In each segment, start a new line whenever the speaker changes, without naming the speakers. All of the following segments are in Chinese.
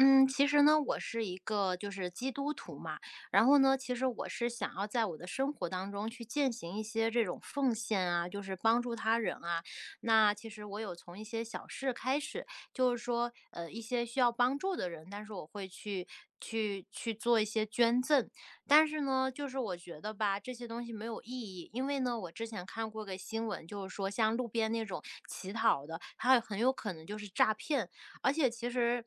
嗯，其实呢，我是一个就是基督徒嘛，然后呢，其实我是想要在我的生活当中去践行一些这种奉献啊，就是帮助他人啊。那其实我有从一些小事开始，就是说，一些需要帮助的人，但是我会去去做一些捐赠。但是呢，就是我觉得吧，这些东西没有意义，因为呢，我之前看过个新闻，就是说像路边那种乞讨的，他很有可能就是诈骗。而且其实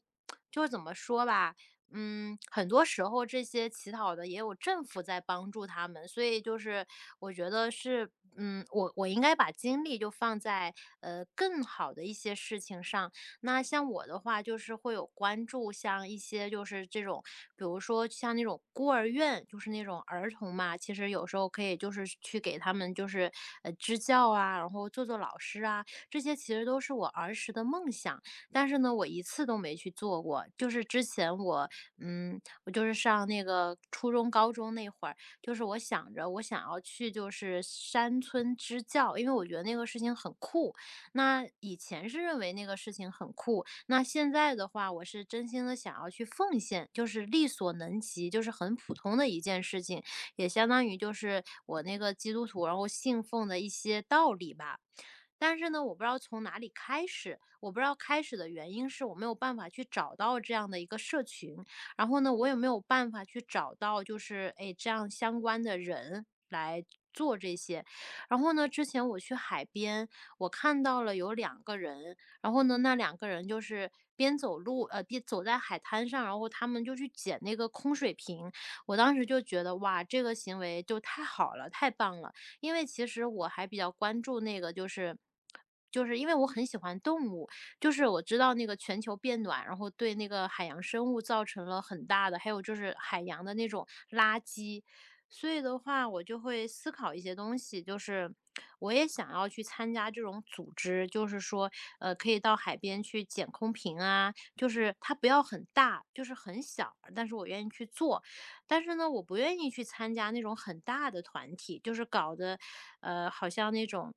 就是怎么说吧，嗯，很多时候这些乞讨的也有政府在帮助他们，所以就是我觉得是，嗯，我应该把精力就放在更好的一些事情上。那像我的话，就是会有关注像一些就是这种，比如说像那种孤儿院，就是那种儿童嘛，其实有时候可以就是去给他们就是支教啊，然后做做老师啊，这些其实都是我儿时的梦想。但是呢，我一次都没去做过。就是之前我，嗯，我就是上那个初中、高中那会儿，就是我想着我想要去就是山村支教，因为我觉得那个事情很酷。那以前是认为那个事情很酷，那现在的话，我是真心的想要去奉献，就是力所能及，就是很普通的一件事情，也相当于就是我那个基督徒，然后信奉的一些道理吧。但是呢，我不知道从哪里开始，我不知道开始的原因是我没有办法去找到这样的一个社群，然后呢，我也没有办法去找到就是哎这样相关的人来做这些。然后呢，之前我去海边，我看到了有两个人，然后呢，那两个人就是边走路边走在海滩上，然后他们就去捡那个空水瓶，我当时就觉得哇，这个行为就太好了，太棒了。因为其实我还比较关注那个，就是就是因为我很喜欢动物，就是我知道那个全球变暖，然后对那个海洋生物造成了很大的，还有就是海洋的那种垃圾，所以的话，我就会思考一些东西，就是我也想要去参加这种组织，就是说，可以到海边去捡空瓶啊，就是它不要很大，就是很小，但是我愿意去做，但是呢，我不愿意去参加那种很大的团体，就是搞得，好像那种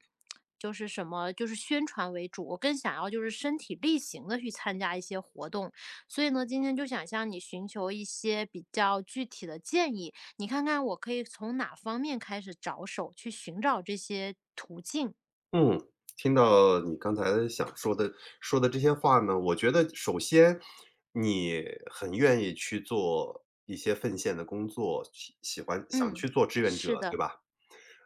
就是什么就是宣传为主，我更想要就是身体力行的去参加一些活动。所以呢，今天就想向你寻求一些比较具体的建议，你看看我可以从哪方面开始着手去寻找这些途径？
嗯，听到你刚才想说的这些话呢，我觉得首先你很愿意去做一些奉献的工作，喜欢想
嗯，
去做志愿
是
者，对
的，
吧？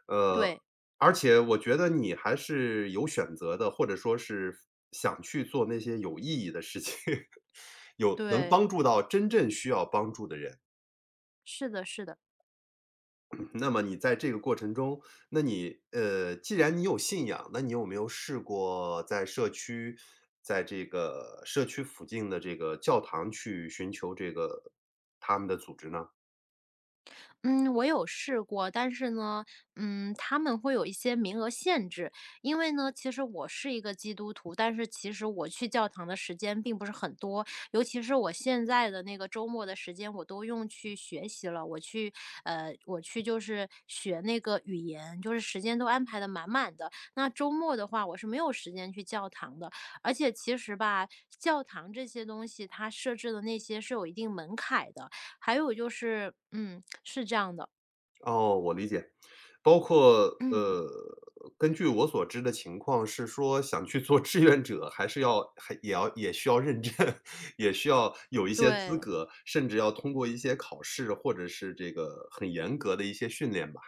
呃，
对
而且我觉得你还是有选择的，或者说是想去做那些有意义的事情，有能
对，
帮助到真正需要帮助的人。
是的是的。
那么你在这个过程中，那你既然你有信仰，那你有没有试过在社区，在这个社区附近的这个教堂去寻求这个他们的组织呢？
嗯，我有试过，但是呢，嗯，他们会有一些名额限制。因为呢，其实我是一个基督徒，但是其实我去教堂的时间并不是很多，尤其是我现在的那个周末的时间，我都用去学习了。我去，我去就是学那个语言，就是时间都安排的满满的。那周末的话，我是没有时间去教堂的。而且其实吧，教堂这些东西它设置的那些是有一定门槛的，还有就是嗯，是这样的，
哦，我理解。包括
嗯，
根据我所知的情况是说，想去做志愿者，还是要还也要也需要认证，也需要有一些资
对，
格，甚至要通过一些考试，或者是这个很严格的一些训练吧。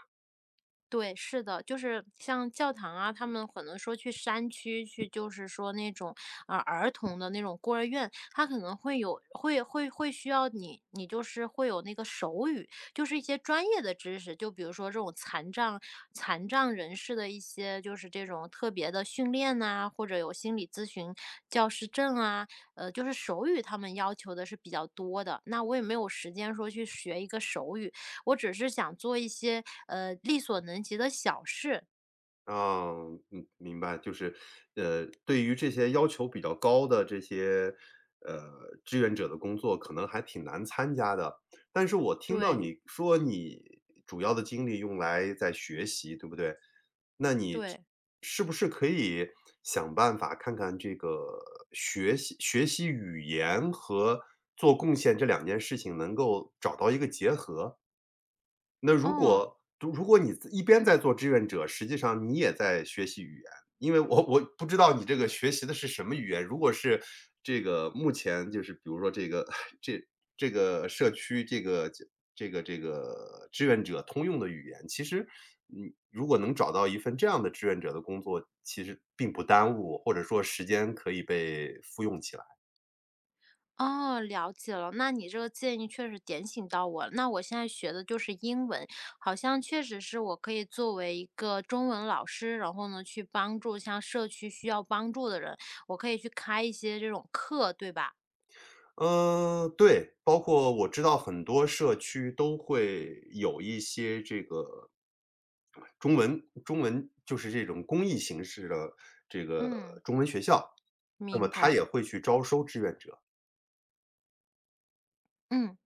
对，是的，就是像教堂啊，他们可能说去山区去，就是说那种啊儿童的那种孤儿院，他可能会有会需要你，你就是会有那个手语，就是一些专业的知识，就比如说这种残障人士的一些就是这种特别的训练呐、或者有心理咨询教师证啊，就是手语他们要求的是比较多的。那我也没有时间说去学一个手语，我只是想做一些力所能及的小事。
啊，嗯，明白，就是，对于这些要求比较高的这些，呃，志愿者的工作，可能还挺难参加的。但是我听到
对
你说你主要的精力用来在学习，对不对？那你
对，
是不是可以想办法看看这个学习语言和做贡献这两件事情能够找到一个结合？那如
哦
果如如果你一边在做志愿者，实际上你也在学习语言，因为我不知道你这个学习的是什么语言。如果是这个目前就是比如说这个 这这个社区这个志愿者通用的语言，其实你如果能找到一份这样的志愿者的工作，其实并不耽误，或者说时间可以被复用起来。
哦,了解了。那你这个建议确实点醒到我了。那我现在学的就是英文，好像确实是我可以作为一个中文老师，然后呢去帮助像社区需要帮助的人，我可以去开一些这种课，对吧？
嗯，对，包括我知道很多社区都会有一些这个中文就是这种公益形式的这
嗯。
个中文学校，那
明
么他
白。
也会去招收志愿者。
嗯，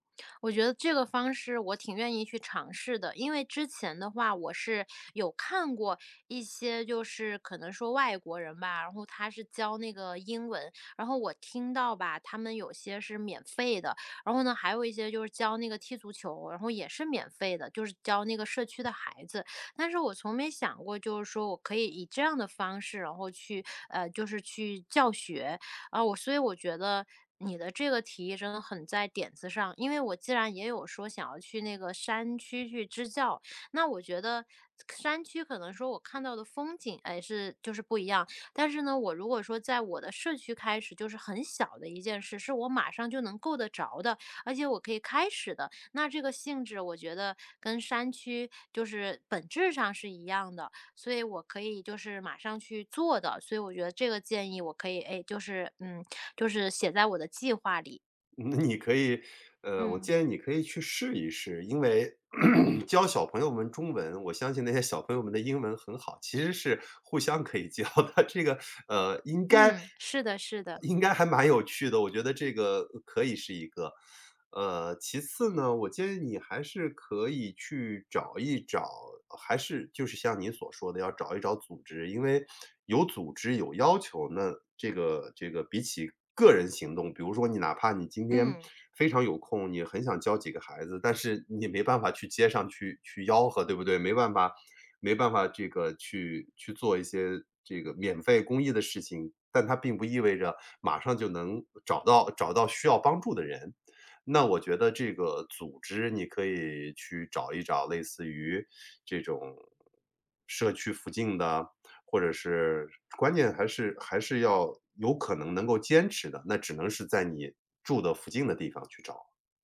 我觉得这个方式我挺愿意去尝试的，因为之前的话我是有看过一些，就是可能说外国人吧，然后他是教那个英文，然后我听到吧，他们有些是免费的，然后呢还有一些就是教那个踢足球，然后也是免费的，就是教那个社区的孩子，但是我从没想过，就是说我可以以这样的方式，然后去就是去教学，啊，我所以我觉得你的这个提议真的很在点子上，因为我既然也有说想要去那个山区去支教，那我觉得山区可能说我看到的风景，哎，是就是不一样。但是呢，我如果说在我的社区开始，就是很小的一件事，是我马上就能够得着的，而且我可以开始的，那这个性质我觉得跟山区就是本质上是一样的。所以我可以就是马上去做的。所以我觉得这个建议我可以，哎，就是嗯，就是写在我的计划里。
那你可以，我
嗯。
建议你可以去试一试，因为 教小朋友们中文，我相信那些小朋友们的英文很好，其实是互相可以教的。这个，呃，应该
嗯，是的，是的，
应该还蛮有趣的，我觉得这个可以是一个。其次呢，我建议你还是可以去找一找，还是就是像你所说的，要找一找组织，因为有组织有要求，那这个比起个人行动，比如说你哪怕你今天
嗯。
非常有空，你很想教几个孩子，但是你也没办法去街上去吆喝，对不对？没办法，没办法这个去做一些这个免费公益的事情，但它并不意味着马上就能找到需要帮助的人。那我觉得这个组织你可以去找一找类似于这种社区附近的，或者是关键还是要有可能能够坚持的，那只能是在你住的附近的地方去找。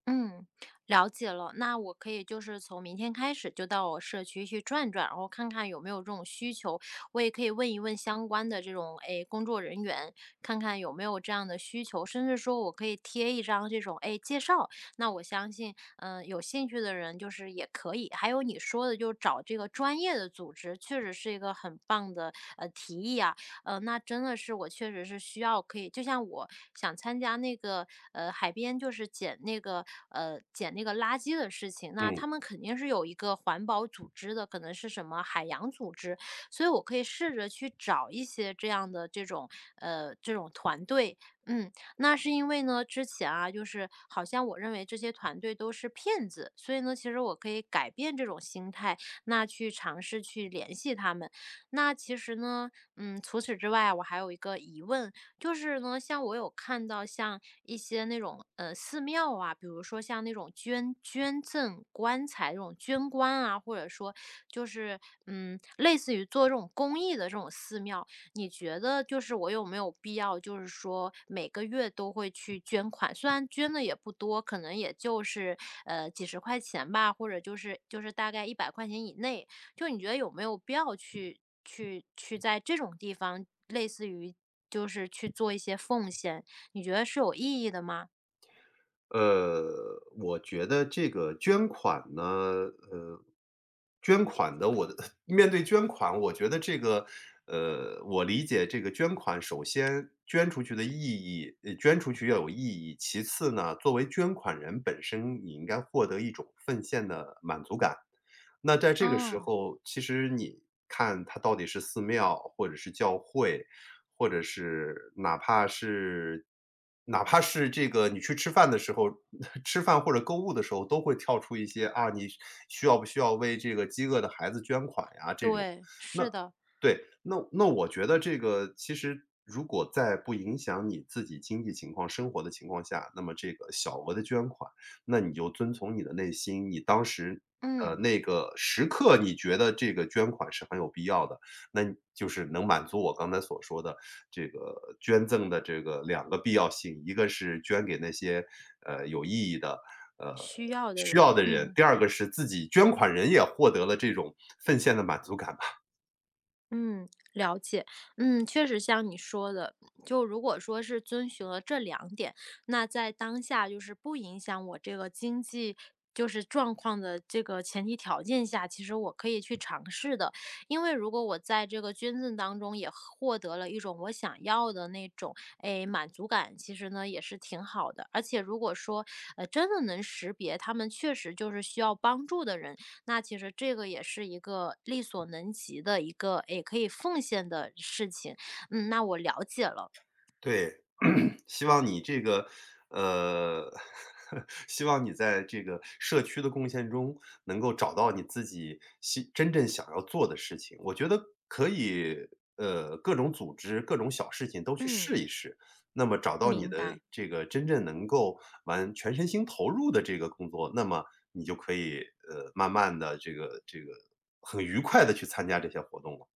嗯，了解了。那我可以就是从明天开始就到我社区去转转，然后看看有没有这种需求。我也可以问一问相关的这种诶、哎、工作人员，看看有没有这样的需求，甚至说我可以贴一张这种诶、哎、介绍。那我相信，嗯、有兴趣的人就是也可以。还有你说的，就是找这个专业的组织，确实是一个很棒的提议啊。那真的是我确实是需要可以就像我想参加那个，海边就是捡那个捡那个垃圾的事情，那他
嗯。
们肯定是有一个环保组织的，可能是什么海洋组织，所以我可以试着去找一些这样的这种这种团队。嗯，那是因为呢，之前啊，就是好像我认为这些团队都是骗子，所以呢，其实我可以改变这种心态，那去尝试去联系他们。那其实呢，嗯，除此之外，我还有一个疑问，就是呢，像我有看到像一些那种寺庙啊，比如说像那种捐赠棺材这种捐棺啊，或者说就是嗯，类似于做这种公益的这种寺庙，你觉得就是我有没有必要，就是说每个月都会去捐款？虽然捐的也不多，可能也就是几十块钱吧，或者就是就是大概一百块钱以内，就你觉得有没有必要去在这种地方，类似于就是去做一些奉献，你觉得是有意义的吗？
我觉得这个捐款呢，呃，捐款的我的 面对捐款，我觉得这个，我理解这个捐款，首先捐出去的意义，捐出去要有意义。其次呢，作为捐款人本身，你应该获得一种奉献的满足感。那在这个时
嗯，
候，其实你看它到底是寺庙或者是教会，或者是哪怕是这个你去吃饭的时候，吃饭或者购物的时候都会跳出一些，啊，你需要不需要为这个饥饿的孩子捐款呀这种。
对，是
那
的，
对，那我觉得这个其实如果在不影响你自己经济情况、生活的情况下，那么这个小额的捐款，那你就遵从你的内心，你当时，
嗯，
那个时刻你觉得这个捐款是很有必要的，那就是能满足我刚才所说的这个捐赠的这个两个必要性，一个是捐给那些，有意义的，呃，
需要的
需
人，
要的人，
嗯。
第二个是自己捐款人也获得了这种奉献的满足感吧。
嗯，了解。嗯，确实像你说的，就如果说是遵循了这两点，那在当下就是不影响我这个经济就是状况的这个前提条件下，其实我可以去尝试的。因为如果我在这个捐赠当中也获得了一种我想要的那种诶、满足感，其实呢也是挺好的。而且如果说真的能识别他们确实就是需要帮助的人，那其实这个也是一个力所能及的一个，也可以奉献的事情。嗯，那我了解了。
对，希望你这个，呃，希望你在这个社区的贡献中，能够找到你自己希真正想要做的事情。我觉得可以，各种组织、各种小事情都去
嗯，
试一试，那么找到你
明
的
白。
这个真正能够完全身心投入的这个工作，那么你就可以，慢慢的这个很愉快的去参加这些活动了。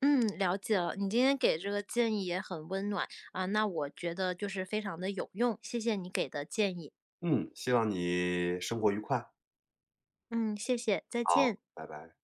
嗯，了解了。你今天给这个建议也很温暖啊，那我觉得就是非常的有用，谢谢你给的建议。
嗯，希望你生活愉快，
嗯，谢谢，再
好，
见。
拜拜。